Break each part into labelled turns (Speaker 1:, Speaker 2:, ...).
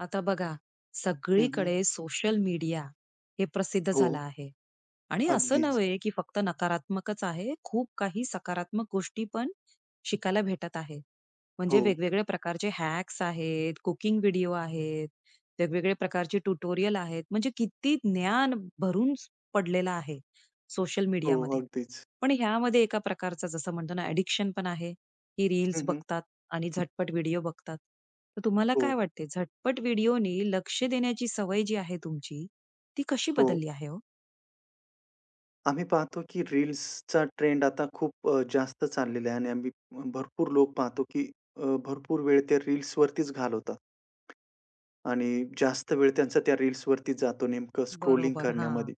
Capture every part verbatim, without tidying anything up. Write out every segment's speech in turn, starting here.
Speaker 1: आता बघा,
Speaker 2: हं, हं.
Speaker 1: सगळीकडे सोशल मीडिया हे प्रसिद्ध
Speaker 2: हो.
Speaker 1: झालं आहे. आणि असं
Speaker 2: अगदीच.
Speaker 1: नव्हे, की फक्त नकारात्मकच आहे. खूप काही सकारात्मक गोष्टी पण शिकायला भेटत आहे.
Speaker 2: हो,
Speaker 1: म्हणजे वेगवेगळ्या प्रकारचे हॅक्स आहेत, कुकिंग व्हिडिओ आहेत, वेगवेगळे प्रकारचे ट्युटोरियल आहेत. म्हणजे किती ज्ञान भरून स- पडलेलं आहे सोशल
Speaker 2: हो.
Speaker 1: मीडियामध्ये.
Speaker 2: अगदीच.
Speaker 1: पण ह्यामध्ये एका प्रकारचं जसं म्हणतो ना, ॲडिक्शन पण आहे, की रील्स
Speaker 2: हं, हं.
Speaker 1: बघतात. आणि झटपट व्हिडिओ बघतात. तर तुम्हाला
Speaker 2: हो,
Speaker 1: काय वाटते झटपट व्हिडिओने लक्ष देण्याची सवय जी आहे तुमची, ती कशी
Speaker 2: हो.
Speaker 1: बदलली आहे हो?
Speaker 2: आम्ही पाहतो की रील्सचा ट्रेंड आता खूप अ, जास्त चाललेला आहे आणि आम्ही भरपूर लोक पाहतो की अ, भरपूर वेळ त्या रील्सवरतीच घालवतात आणि जास्त वेळ त्यांचा त्या रील्सवरतीच जातो नेमकं स्क्रोलिंग
Speaker 1: बरोबर. हां.
Speaker 2: करण्यामध्ये.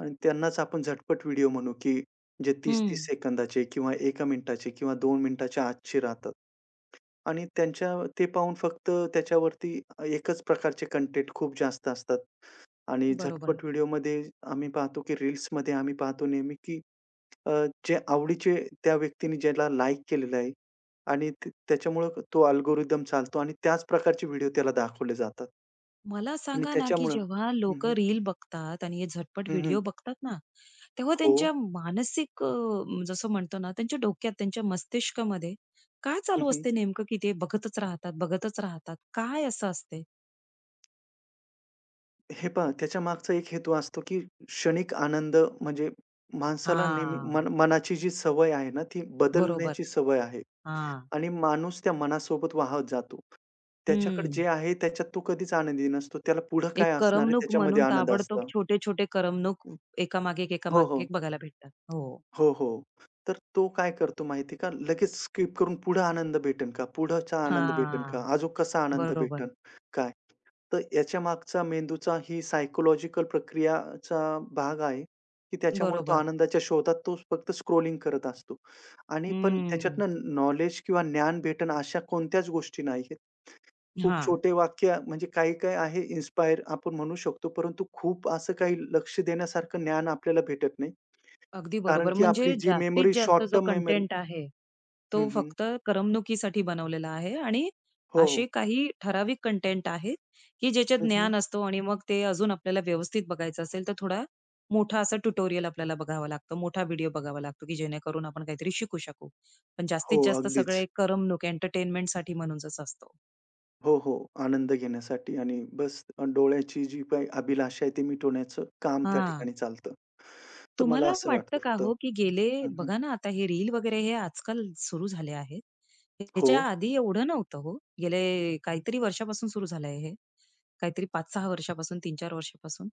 Speaker 2: आणि त्यांनाच आपण झटपट व्हिडिओ म्हणू की जे तीस तीस
Speaker 1: हं.
Speaker 2: सेकंदाचे किंवा एक मिनिटाचे किंवा दोन मिनिटाच्या आतचे राहतात. आणि त्यांच्या ते पाहून फक्त त्याच्यावरती एकच प्रकारचे कंटेंट खूप जास्त असतात. आणि
Speaker 1: बरोबर.
Speaker 2: झटपट व्हिडिओमध्ये आम्ही पाहतो, की रील्समध्ये आम्ही पाहतो नेहमी, की अ, जे आवडीचे त्या व्यक्तीने ज्याला लाइक केलेलं आहे आणि ते त्याच्यामुळं तो अल्गोरिदम चालतो आणि त्याच प्रकारचे व्हिडिओ त्याला दाखवले जातात.
Speaker 1: मला
Speaker 2: आणि
Speaker 1: सांगा ना, की
Speaker 2: त्याच्यामुळं.
Speaker 1: जेव्हा
Speaker 2: हं, हं.
Speaker 1: लोकं रील बघतात आणि हे झटपट व्हिडिओ बघतात ना, तेव्हा
Speaker 2: हो.
Speaker 1: त्यांच्या मानसिक अ, म, जसं म्हणतो ना, त्यांच्या डोक्यात, त्यांच्या मस्तिष्कामध्ये काय चालू
Speaker 2: हं,
Speaker 1: असते नेमकं, की ते बघतच राहतात, बघतच राहतात? काय असं असते?
Speaker 2: हे पहा त्याच्यामागचा एक हेतू असतो, की क्षणिक आनंद म्हणजे माणसाला नेहमी
Speaker 1: हां.
Speaker 2: मन मनाची जी सवय आहे ना, ती
Speaker 1: बरोबर.
Speaker 2: बदलण्याची सवय आहे.
Speaker 1: हां.
Speaker 2: आणि माणूस त्या मनासोबत वाहत जातो. त्याच्याकडे
Speaker 1: हं.
Speaker 2: जे आहे त्याच्यात तो कधीच आनंदी नसतो. त्याला पुढं
Speaker 1: एक
Speaker 2: काय असणार आहे
Speaker 1: करमणूक
Speaker 2: त्याच्यामध्ये
Speaker 1: म्हणून
Speaker 2: आनंद
Speaker 1: ताबडतोब
Speaker 2: असतो.
Speaker 1: छोटे-छोटे करमणूक एकामागे एक,
Speaker 2: हो,
Speaker 1: एकामागे
Speaker 2: हो.
Speaker 1: एक बघायला भेटतात. हो.
Speaker 2: हो, हो. तर तो काय करतो माहिती आहे का? लगेच स्किप करून पुढं आनंद भेटेल का? पुढचा आनंद भेटेल का?
Speaker 1: हां.
Speaker 2: अजून कसा आनंद
Speaker 1: बरोबर,
Speaker 2: भेटेल? काय? तर याच्यामागचा मेंदूचा ही सायकॉलॉजिकल प्रक्रियाचा भाग आहे, की त्याच्यामुळे तो
Speaker 1: बरोबर.
Speaker 2: आनंदाच्या शोधात तो फक्त स्क्रॉलिंग करत असतो. आणि पण
Speaker 1: हम्म.
Speaker 2: त्याच्यातनं नॉलेज किंवा ज्ञान भेटेल अशा कोणत्याच गोष्टी नाही. खूप
Speaker 1: हां.
Speaker 2: छोटे वाक्य म्हणजे काही-काही आहे इन्स्पायर आपण म्हणू शकतो, परंतु खूप असं काही लक्ष देण्यासारखं ज्ञान आपल्याला भेटत नाही.
Speaker 1: अगदी
Speaker 2: कारण
Speaker 1: बरोबर.
Speaker 2: की
Speaker 1: म्हणजे
Speaker 2: आपली जी
Speaker 1: जास्तीत
Speaker 2: मेमरी
Speaker 1: जास्त
Speaker 2: शॉर्ट
Speaker 1: जो
Speaker 2: टर्म मेमरी.
Speaker 1: कंटेंट आहे,
Speaker 2: हं,
Speaker 1: तो
Speaker 2: हं.
Speaker 1: फक्त करमणुकीसाठी बनवलेला आहे आणि
Speaker 2: हो, हो.
Speaker 1: असे काही ठराविक कंटेंट आहेत, की ज्याच्यात
Speaker 2: हं, हं.
Speaker 1: ज्ञान असतो आणि मग ते अजून आपल्याला व्यवस्थित बघायचं असेल, तर थोडा मोठा असा ट्युटोरियल आपल्याला बघावा लागतो, मोठा व्हिडिओ बघावा लागतो, की जेणेकरून आपण काहीतरी शिकू शकू. पण
Speaker 2: हो,
Speaker 1: जास्तीत जास्त
Speaker 2: अगदीच.
Speaker 1: सगळे करमणूक एंटरटेनमेंटसाठी म्हणूनच असतो.
Speaker 2: हो, हो. आनंद घेण्यासाठी आणि बस डोळ्याची जी काही अभिलाषा आहे, ती मिटवण्याचं काम त्या
Speaker 1: हां.
Speaker 2: ठिकाणी चालतं. तर मला
Speaker 1: तुम्हाला
Speaker 2: असं वाटतं
Speaker 1: वाटतं का
Speaker 2: फक्त.
Speaker 1: हो, की
Speaker 2: हं,
Speaker 1: गेले
Speaker 2: हं.
Speaker 1: बघा ना आता हे रील वगैरे हे आजकाल सुरू झाले आहेत.
Speaker 2: हो.
Speaker 1: ह्याच्या आधी एवढं नव्हतं हो. गेले काहीतरी वर्षापासून सुरू झालं आहे हे. काहीतरी पाच सहा वर्षापासून, तीन चार वर्षापासून.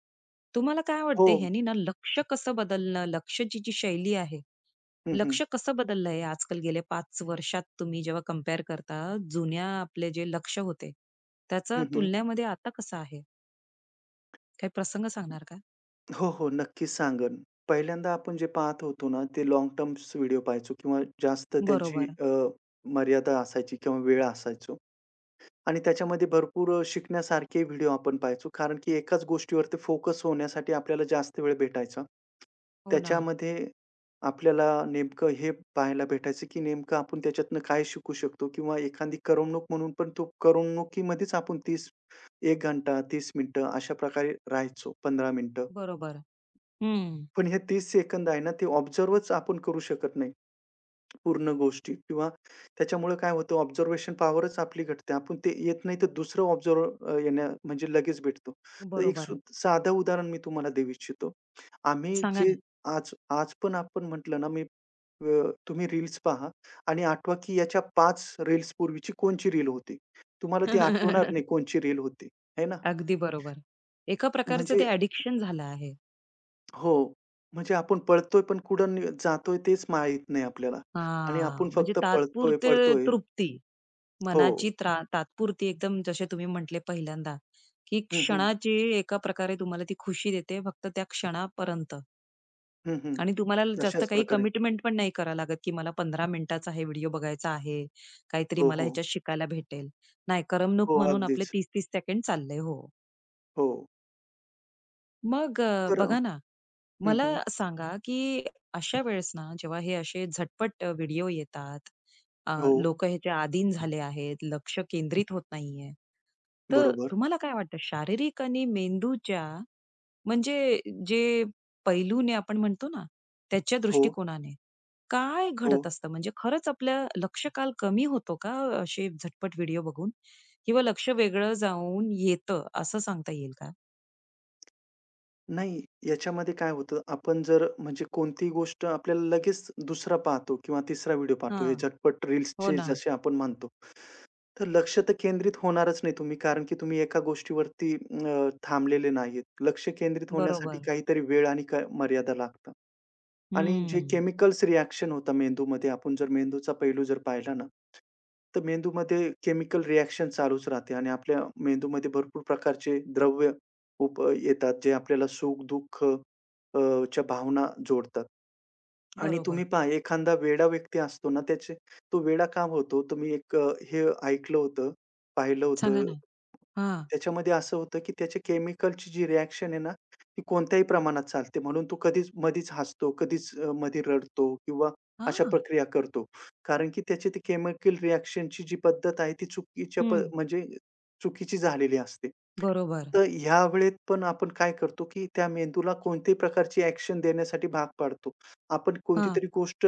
Speaker 1: तुम्हाला काय
Speaker 2: हो.
Speaker 1: वाटते ह्यानी ना लक्ष कसं बदलणं, लक्षची जी शैली आहे,
Speaker 2: हं, हं.
Speaker 1: लक्ष कसं बदललं आहे आजकाल गेल्या पाच वर्षात तुम्ही जेव्हा कंपेअर करता, जुन्या आपले जे लक्ष होते, त्याचं
Speaker 2: हं, हं.
Speaker 1: तुलनेमध्ये आता कसं आहे? काही प्रसंग सांगणार का?
Speaker 2: हो, हो. नक्कीच सांगेन. पहिल्यांदा आपण जे पाहत होतो ना, ते लाँग टर्म्स व्हिडिओ पाहायचो किंवा जास्त त्यांची
Speaker 1: बरोबर.
Speaker 2: अ, मर्यादा असायची किंवा वेळ असायचो आणि त्याच्यामध्ये भरपूर अ, शिकण्यासारखे व्हिडिओ आपण पाहायचो. कारण की एकाच गोष्टीवरती फोकस होण्यासाठी आपल्याला जास्त वेळ भेटायचा.
Speaker 1: हो ना.
Speaker 2: त्याच्यामध्ये आपल्याला नेमकं हे पाहायला भेटायचं, की नेमकं आपण त्याच्यातनं काय शिकू शकतो किंवा एखादी करमणूक म्हणून पण तो करमणुकीमध्येच आपण तीस एक घंटा, तीस मिनिटं अशा प्रकारे राहायचो, पंधरा मिनिटं.
Speaker 1: बरोबर. हं.
Speaker 2: पण हे तीस सेकंद आहे ना, ते ऑब्झर्वच आपण करू शकत नाही पूर्ण गोष्टी किंवा त्याच्यामुळं काय होतं, ऑब्झर्वेशन पॉवरच आपली घटते. आपण ते येत नाही तर दुसरं ऑब्झर्व्ह येण्या म्हणजे लगेच भेटतो. तर एक
Speaker 1: बरोबर.
Speaker 2: सु साधं उदाहरण मी तुम्हाला देऊ इच्छितो. आम्ही
Speaker 1: सांगा
Speaker 2: जे.
Speaker 1: ना.
Speaker 2: आज आज पण आपण म्हटलं ना, मी अ, तुम्ही रील्स पहा आणि आठवा की याच्या पाच रील्स पूर्वीची कोणची रील होती. तुम्हाला ती आठवणार नाही कोणची रील होती, आहे ना?
Speaker 1: अगदी बरोबर. एका प्रकारचं
Speaker 2: म्हणजे
Speaker 1: ते ॲडिक्शन झालं आहे.
Speaker 2: हो. म्हणजे आपण पळतोय पण कुठं नि जातोय तेच माहीत नाही आपल्याला आणि आपण
Speaker 1: हां, म्हणजे
Speaker 2: फक्त पळतोय,
Speaker 1: तात्पुरते
Speaker 2: पळतोय.
Speaker 1: तृप्ती,
Speaker 2: हो.
Speaker 1: मनाची त्रा तात्पुरती एकदम जसे तुम्ही म्हटले पहिल्यांदा, की
Speaker 2: हं, हं.
Speaker 1: क्षणाची एका प्रकारे तुम्हाला ती खुशी देते फक्त त्या क्षणापर्यंत
Speaker 2: हं, हं.
Speaker 1: आणि तुम्हाला जास्त
Speaker 2: तशाच
Speaker 1: काही
Speaker 2: प्रकारे.
Speaker 1: कमिटमेंट पण नाही करावं लागत, की मला पंधरा मिनिटाचा हे व्हिडिओ बघायचा आहे, काहीतरी
Speaker 2: हो,
Speaker 1: मला
Speaker 2: हो.
Speaker 1: ह्याच्यात शिकायला भेटेल. नाही, करमणूक
Speaker 2: हो,
Speaker 1: म्हणून आपले
Speaker 2: अगदीच.
Speaker 1: तीस तीस सेकंड चालले. हो.
Speaker 2: हो.
Speaker 1: मग अ,
Speaker 2: तर अ,
Speaker 1: बघा ना, मला
Speaker 2: हं,
Speaker 1: सांगा, की अशा वेळेस ना, जेव्हा हे असे झटपट अ, व्हिडिओ येतात, अ,
Speaker 2: हो.
Speaker 1: लोकं ह्याच्या अधीन झाले आहेत, लक्ष केंद्रित होत नाहीये. तर
Speaker 2: बरोबर.
Speaker 1: तुम्हाला काय वाटतं शारीरिक आणि मेंदूच्या म्हणजे जे पैलूने आपण म्हणतो ना, त्याच्या
Speaker 2: हो,
Speaker 1: दृष्टिकोनाने काय
Speaker 2: हो.
Speaker 1: घडत असतं? म्हणजे खरंच आपलं लक्ष्यकाल कमी होतो का असे झटपट व्हिडिओ बघून? किंवा लक्ष वेगळं जाऊन येतं असं सांगता येईल का?
Speaker 2: नाही, याच्यामध्ये काय होतं, आपण जर म्हणजे कोणतीही गोष्ट आपल्याला लगेच दुसरा पाहतो किंवा तिसरा व्हिडिओ पाहतो,
Speaker 1: हां.
Speaker 2: हे झटपट
Speaker 1: हो
Speaker 2: रील्सचे
Speaker 1: ना.
Speaker 2: जसे आपण म्हणतो. तर लक्ष तर केंद्रित होणारच नाही तुम्ही, कारण की तुम्ही एका गोष्टीवरती अ, थांबलेले नाहीत. लक्ष केंद्रित होण्यासाठी
Speaker 1: बरोबर.
Speaker 2: काहीतरी वेळ आणि क मर्यादा लागतात. आणि जे
Speaker 1: हम्म.
Speaker 2: केमिकल्स रिएक्शन होतं मेंदूमध्ये, आपण जर मेंदूचा पैलू जर पाहिला ना, तर मेंदूमध्ये केमिकल रिएक्शन चालूच राहते आणि आपल्या मेंदूमध्ये भरपूर प्रकारचे द्रव्य उप येतात, जे आपल्याला सुख-दुःख अ, च्या भावना जोडतात. आणि
Speaker 1: बरोबर.
Speaker 2: तुम्ही पहा एखादा वेडा व्यक्ती असतो ना, त्याचे तो वेडा का होतो? तुम्ही एक अ, हे ऐकलं होतं, पाहिलं
Speaker 1: सांगा
Speaker 2: होतं.
Speaker 1: ना. हां.
Speaker 2: त्याच्यामध्ये असं होतं, की त्याच्या केमिकलची जी रिएक्शन आहे ना, ती कोणत्याही प्रमाणात चालते. म्हणून तो कधीच मधीच हसतो, कधीच अ, मधी रडतो किंवा अशा
Speaker 1: हां.
Speaker 2: प्रक्रिया करतो. कारण की त्याची ती केमिकल रिएक्शनची जी पद्धत आहे, ती चुकीच्या प
Speaker 1: हं.
Speaker 2: म्हणजे चुकीची झालेली असते.
Speaker 1: बरोबर.
Speaker 2: तर ह्या वेळेत पण आपण काय करतो, की त्या मेंदूला कोणत्याही प्रकारची ॲक्शन देण्यासाठी भाग पाडतो. आपण
Speaker 1: हां.
Speaker 2: कोणतीतरी गोष्ट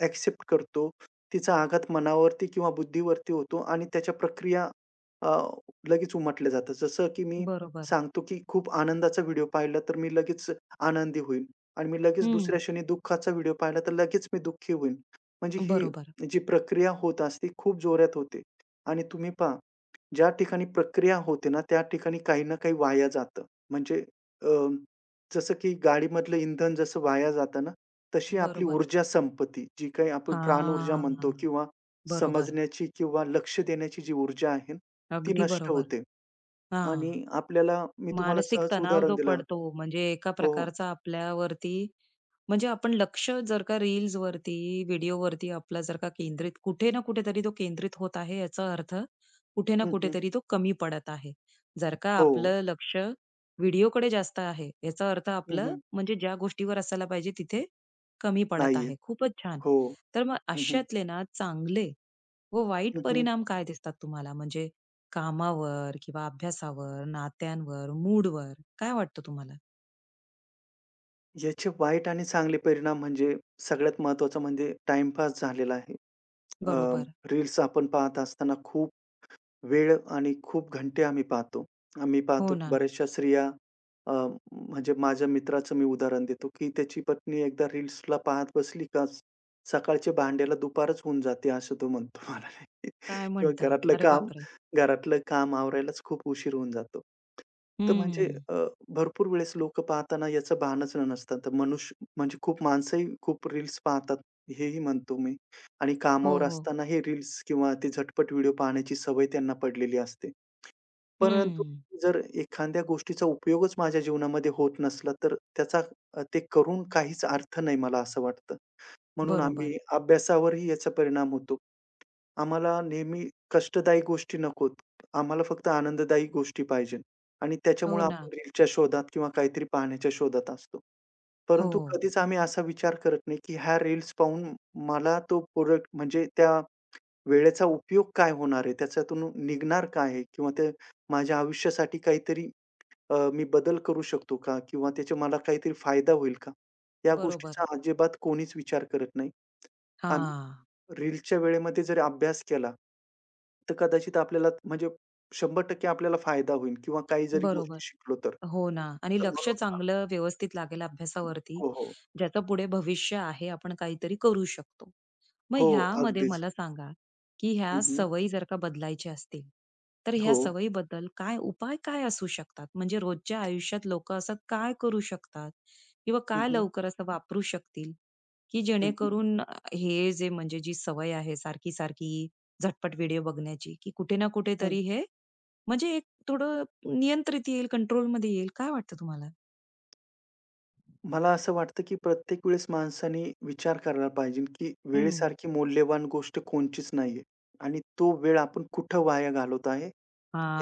Speaker 2: ॲक्सेप्ट करतो. तिचा आघात मनावरती किंवा बुद्धीवरती होतो आणि त्याच्या प्रक्रिया अ, लगेच उमटल्या जातात. जसं की मी
Speaker 1: बरोबर.
Speaker 2: सांगतो की खूप आनंदाचा व्हिडिओ पाहिला, तर मी लगेच आनंदी होईन आणि मी लगेच
Speaker 1: हं.
Speaker 2: दुसऱ्या क्षणी दुःखाचा व्हिडिओ पाहिला, तर लगेच मी दुःखी होईन. म्हणजे ही
Speaker 1: बरोबर.
Speaker 2: जी प्रक्रिया होत असते, खूप जोरात होते आणि तुम्ही पहा, ज्या ठिकाणी प्रक्रिया होते ना, त्या ठिकाणी काही ना काही वाया जातं. म्हणजे अ, जसं की गाडीमधलं इंधन जसं वाया जातं ना, तशी आपली
Speaker 1: बरोबर.
Speaker 2: ऊर्जा संपत्ती, जी काही आपण प्राणऊर्जा
Speaker 1: हां.
Speaker 2: म्हणतो किंवा
Speaker 1: बरोबर.
Speaker 2: समजण्याची किंवा लक्ष देण्याची जी ऊर्जा आहे, ती
Speaker 1: अगदी
Speaker 2: नष्ट
Speaker 1: बरोबर.
Speaker 2: होते
Speaker 1: हां.
Speaker 2: आणि आपल्याला मी तुम्हाला
Speaker 1: मानसिक
Speaker 2: सहज
Speaker 1: तणाव
Speaker 2: उदाहरण
Speaker 1: जो
Speaker 2: दिलं.
Speaker 1: पडतो म्हणजे एका
Speaker 2: हो, हो.
Speaker 1: प्रकारचा आपल्यावरती म्हणजे आपण लक्ष जर का रील्सवरती, व्हिडिओवरती आपला जर का केंद्रित कुठे ना कुठेतरी तो केंद्रित होत आहे, याचा अर्थ कुठे ना
Speaker 2: हं, हं.
Speaker 1: कुठेतरी तो कमी पडत आहे. जर का
Speaker 2: हो. हो.
Speaker 1: आपलं लक्ष कड़े जास्त आहे, याचा अर्थ
Speaker 2: हं,
Speaker 1: आपलं
Speaker 2: हं.
Speaker 1: म्हणजे ज्या गोष्टीवर असायला पाहिजे तिथे कमी पडत
Speaker 2: नाहीये.
Speaker 1: आहे. खूपच छान.
Speaker 2: हो.
Speaker 1: तर मग
Speaker 2: हं, हं.
Speaker 1: अशातले ना चांगले व वाईट
Speaker 2: हं, हं.
Speaker 1: परिणाम काय दिसतात तुम्हाला? म्हणजे कामावर किंवा अभ्यासावर, नात्यांवर, मूडवर काय वाटतं तुम्हाला?
Speaker 2: याचे वाईट आणि चांगले परिणाम म्हणजे सगळ्यात महत्त्वाचा म्हणजे टाईमपास झालेला आहे. अ,
Speaker 1: बरोबर.
Speaker 2: रील्स आपण पाहत असताना खूप वेळ आणि खूप घंटे आम्ही पाहतो. आम्ही पाहतो
Speaker 1: हो
Speaker 2: की
Speaker 1: ना.
Speaker 2: बऱ्याचशा स्त्रिया अ, म्हणजे माझ्या मित्राचं मी उदाहरण देतो, की त्याची पत्नी एकदा रील्सला पाहत बसली का सकाळच्या भांड्याला दुपारच होऊन जाते असं तो म्हणतो मला
Speaker 1: काय
Speaker 2: किंवा
Speaker 1: म्हणता?
Speaker 2: घरातलं
Speaker 1: अरे
Speaker 2: काम
Speaker 1: बापरे!
Speaker 2: घरातलं काम आवरायलाच खूप उशीर होऊन जातो. तर म्हणजे
Speaker 1: हं.
Speaker 2: अ, भरपूर वेळेस लोकं पाहताना याचं भानच नसतं. तर मनुष्य म्हणजे खूप माणसंही खूप रील्स पाहतात हेही म्हणतो मी. आणि
Speaker 1: हो,
Speaker 2: कामावर
Speaker 1: हो.
Speaker 2: असताना हे रील्स किंवा ते झटपट व्हिडिओ पाहण्याची सवय त्यांना पडलेली असते. परंतु
Speaker 1: हं.
Speaker 2: जर एखाद्या गोष्टीचा उपयोगच माझ्या जीवनामध्ये होत नसला, तर त्याचा अ, ते करून काहीच अर्थ नाही मला असं वाटतं. म्हणून आम्ही
Speaker 1: बरोबर.
Speaker 2: अभ्यासावरही याचा परिणाम होतो. आम्हाला नेहमी कष्टदायी गोष्टी नकोत. आम्हाला फक्त आनंददायी गोष्टी पाहिजेत आणि
Speaker 1: हो
Speaker 2: त्याच्यामुळे
Speaker 1: ना.
Speaker 2: आपण रीलच्या शोधात किंवा काहीतरी पाहण्याच्या शोधात असतो.
Speaker 1: हो.
Speaker 2: परंतु कधीच आम्ही असा विचार करत नाही, की ह्या रील्स पाहून मला तो प्रोडक्ट म्हणजे त्या वेळेचा उपयोग काय होणार आहे? त्याच्यातून निघणार काय आहे? किंवा ते माझ्या आयुष्यासाठी काहीतरी अ, मी बदल करू शकतो का? किंवा त्याचा मला काहीतरी फायदा होईल का? या
Speaker 1: बरोबर.
Speaker 2: गोष्टीचा अजिबात कोणीच विचार करत नाही. आम्ही
Speaker 1: हां.
Speaker 2: रील्सच्या वेळेमध्ये जरी अभ्यास केला, तर कदाचित आपल्याला म्हणजे शंभर टक्के आपल्याला फायदा होईल किंवा काही जरी
Speaker 1: बरोबर.
Speaker 2: गोष्टी शिकलो तर.
Speaker 1: हो ना. आणि
Speaker 2: तर
Speaker 1: लक्ष
Speaker 2: म्हणून.
Speaker 1: चांगलं व्यवस्थित लागेल अभ्यासावरती,
Speaker 2: हो, हो.
Speaker 1: ज्याचं पुढे भविष्य आहे, आपण काहीतरी करू शकतो. मग
Speaker 2: हो,
Speaker 1: ह्यामध्ये
Speaker 2: अगदीच.
Speaker 1: मला सांगा, की ह्या
Speaker 2: हं, हं.
Speaker 1: सवयी जर का बदलायच्या असतील, तर ह्या
Speaker 2: हो.
Speaker 1: सवयीबद्दल काय उपाय काय असू शकतात? म्हणजे रोजच्या आयुष्यात लोकं असं काय करू शकतात? किंवा
Speaker 2: हं,
Speaker 1: काय
Speaker 2: हं.
Speaker 1: लवकर असं वापरू शकतील, की
Speaker 2: हं, हं.
Speaker 1: जेणेकरून अ, हे जे म्हणजे जी सवय आहे सारखी-सारखी झटपट व्हिडिओ बघण्याची, की कुठे ना कुठेतरी हे म्हणजे एक थोडं नियंत्रित येईल, कंट्रोलमध्ये येईल. काय वाटतं तुम्हाला?
Speaker 2: मला असं वाटतं, की प्रत्येक वेळेस माणसाने विचार करायला पाहिजे, की
Speaker 1: हं.
Speaker 2: वेळेसारखी मौल्यवान गोष्ट कोणचीच नाहीये आणि तो वेळ आपण कुठं वाया घालवत आहे,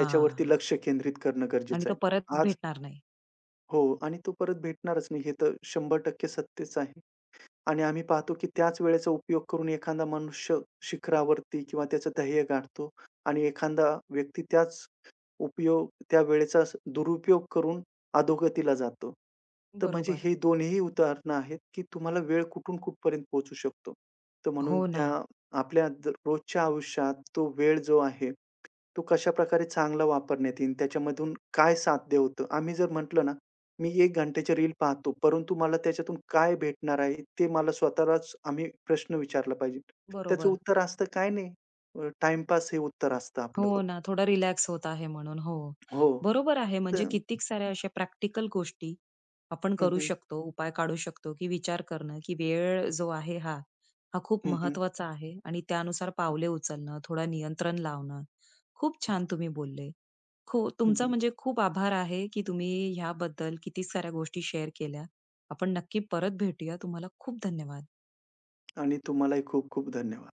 Speaker 2: याच्यावरती लक्ष केंद्रित करणं
Speaker 1: आणि
Speaker 2: गरजेचं
Speaker 1: तो
Speaker 2: आहे.
Speaker 1: परत
Speaker 2: आज.
Speaker 1: भेटणार नाही.
Speaker 2: हो आणि तो परत भेटणारच नाही, हे तर शंभर टक्के सत्यच आहे आणि आम्ही पाहतो, की त्याच वेळेचा उपयोग करून एखादा मनुष्य शिखरावरती किंवा त्याचं ध्येय गाठतो आणि एखादा व्यक्ती त्याच उपयोग त्या वेळेचा स- दुरुपयोग करून अधोगतीला जातो. तर म्हणजे
Speaker 1: बरोबर.
Speaker 2: हे दोन्हीही उदाहरणं आहेत, की तुम्हाला वेळ कुठून कुठपर्यंत पोहोचू शकतो. तर म्हणून
Speaker 1: हो ना.
Speaker 2: त्या आपल्या द रोजच्या आयुष्यात तो वेळ जो आहे, तो कशाप्रकारे चांगला वापरण्यात येईल, त्याच्यामधून काय साध्य होतं. आम्ही जर म्हटलं ना, मी एक घंट्याची रील पाहतो, परंतु मला त्याच्यातून काय भेटणार आहे, ते मला स्वतःलाच आम्ही प्रश्न विचारला पाहिजे. त्याचं
Speaker 1: बरोबर.
Speaker 2: उत्तर असतं, "काय नाही, अ, हे उत्तर असतं
Speaker 1: हो
Speaker 2: आपलं फक्त.
Speaker 1: ना, थोडा रिलॅक्स होत आहे म्हणून. हो.
Speaker 2: हो.
Speaker 1: बरोबर आहे, म्हणजे
Speaker 2: तर
Speaker 1: कित्येक साऱ्या अशा प्रॅक्टिकल गोष्टी आपण
Speaker 2: हं,
Speaker 1: करू
Speaker 2: हं.
Speaker 1: शकतो, उपाय काढू शकतो, की विचार करणं, की वेळ जो आहे हा, हा खूप
Speaker 2: हं, हं.
Speaker 1: महत्त्वाचा आहे आणि त्यानुसार पावले उचलणं, थोड़ा नियंत्रण लावणं. खूप छान तुम्ही बोलले. खू तुमचा
Speaker 2: हं,
Speaker 1: म्हणजे खूप आभार आहे, की तुम्ही ह्याबद्दल किती साऱ्या गोष्टी शेअर केल्या. आपण नक्की परत भेटूया. तुम्हाला खूप धन्यवाद.
Speaker 2: आणि तुम्हालाही खूप खूप धन्यवाद.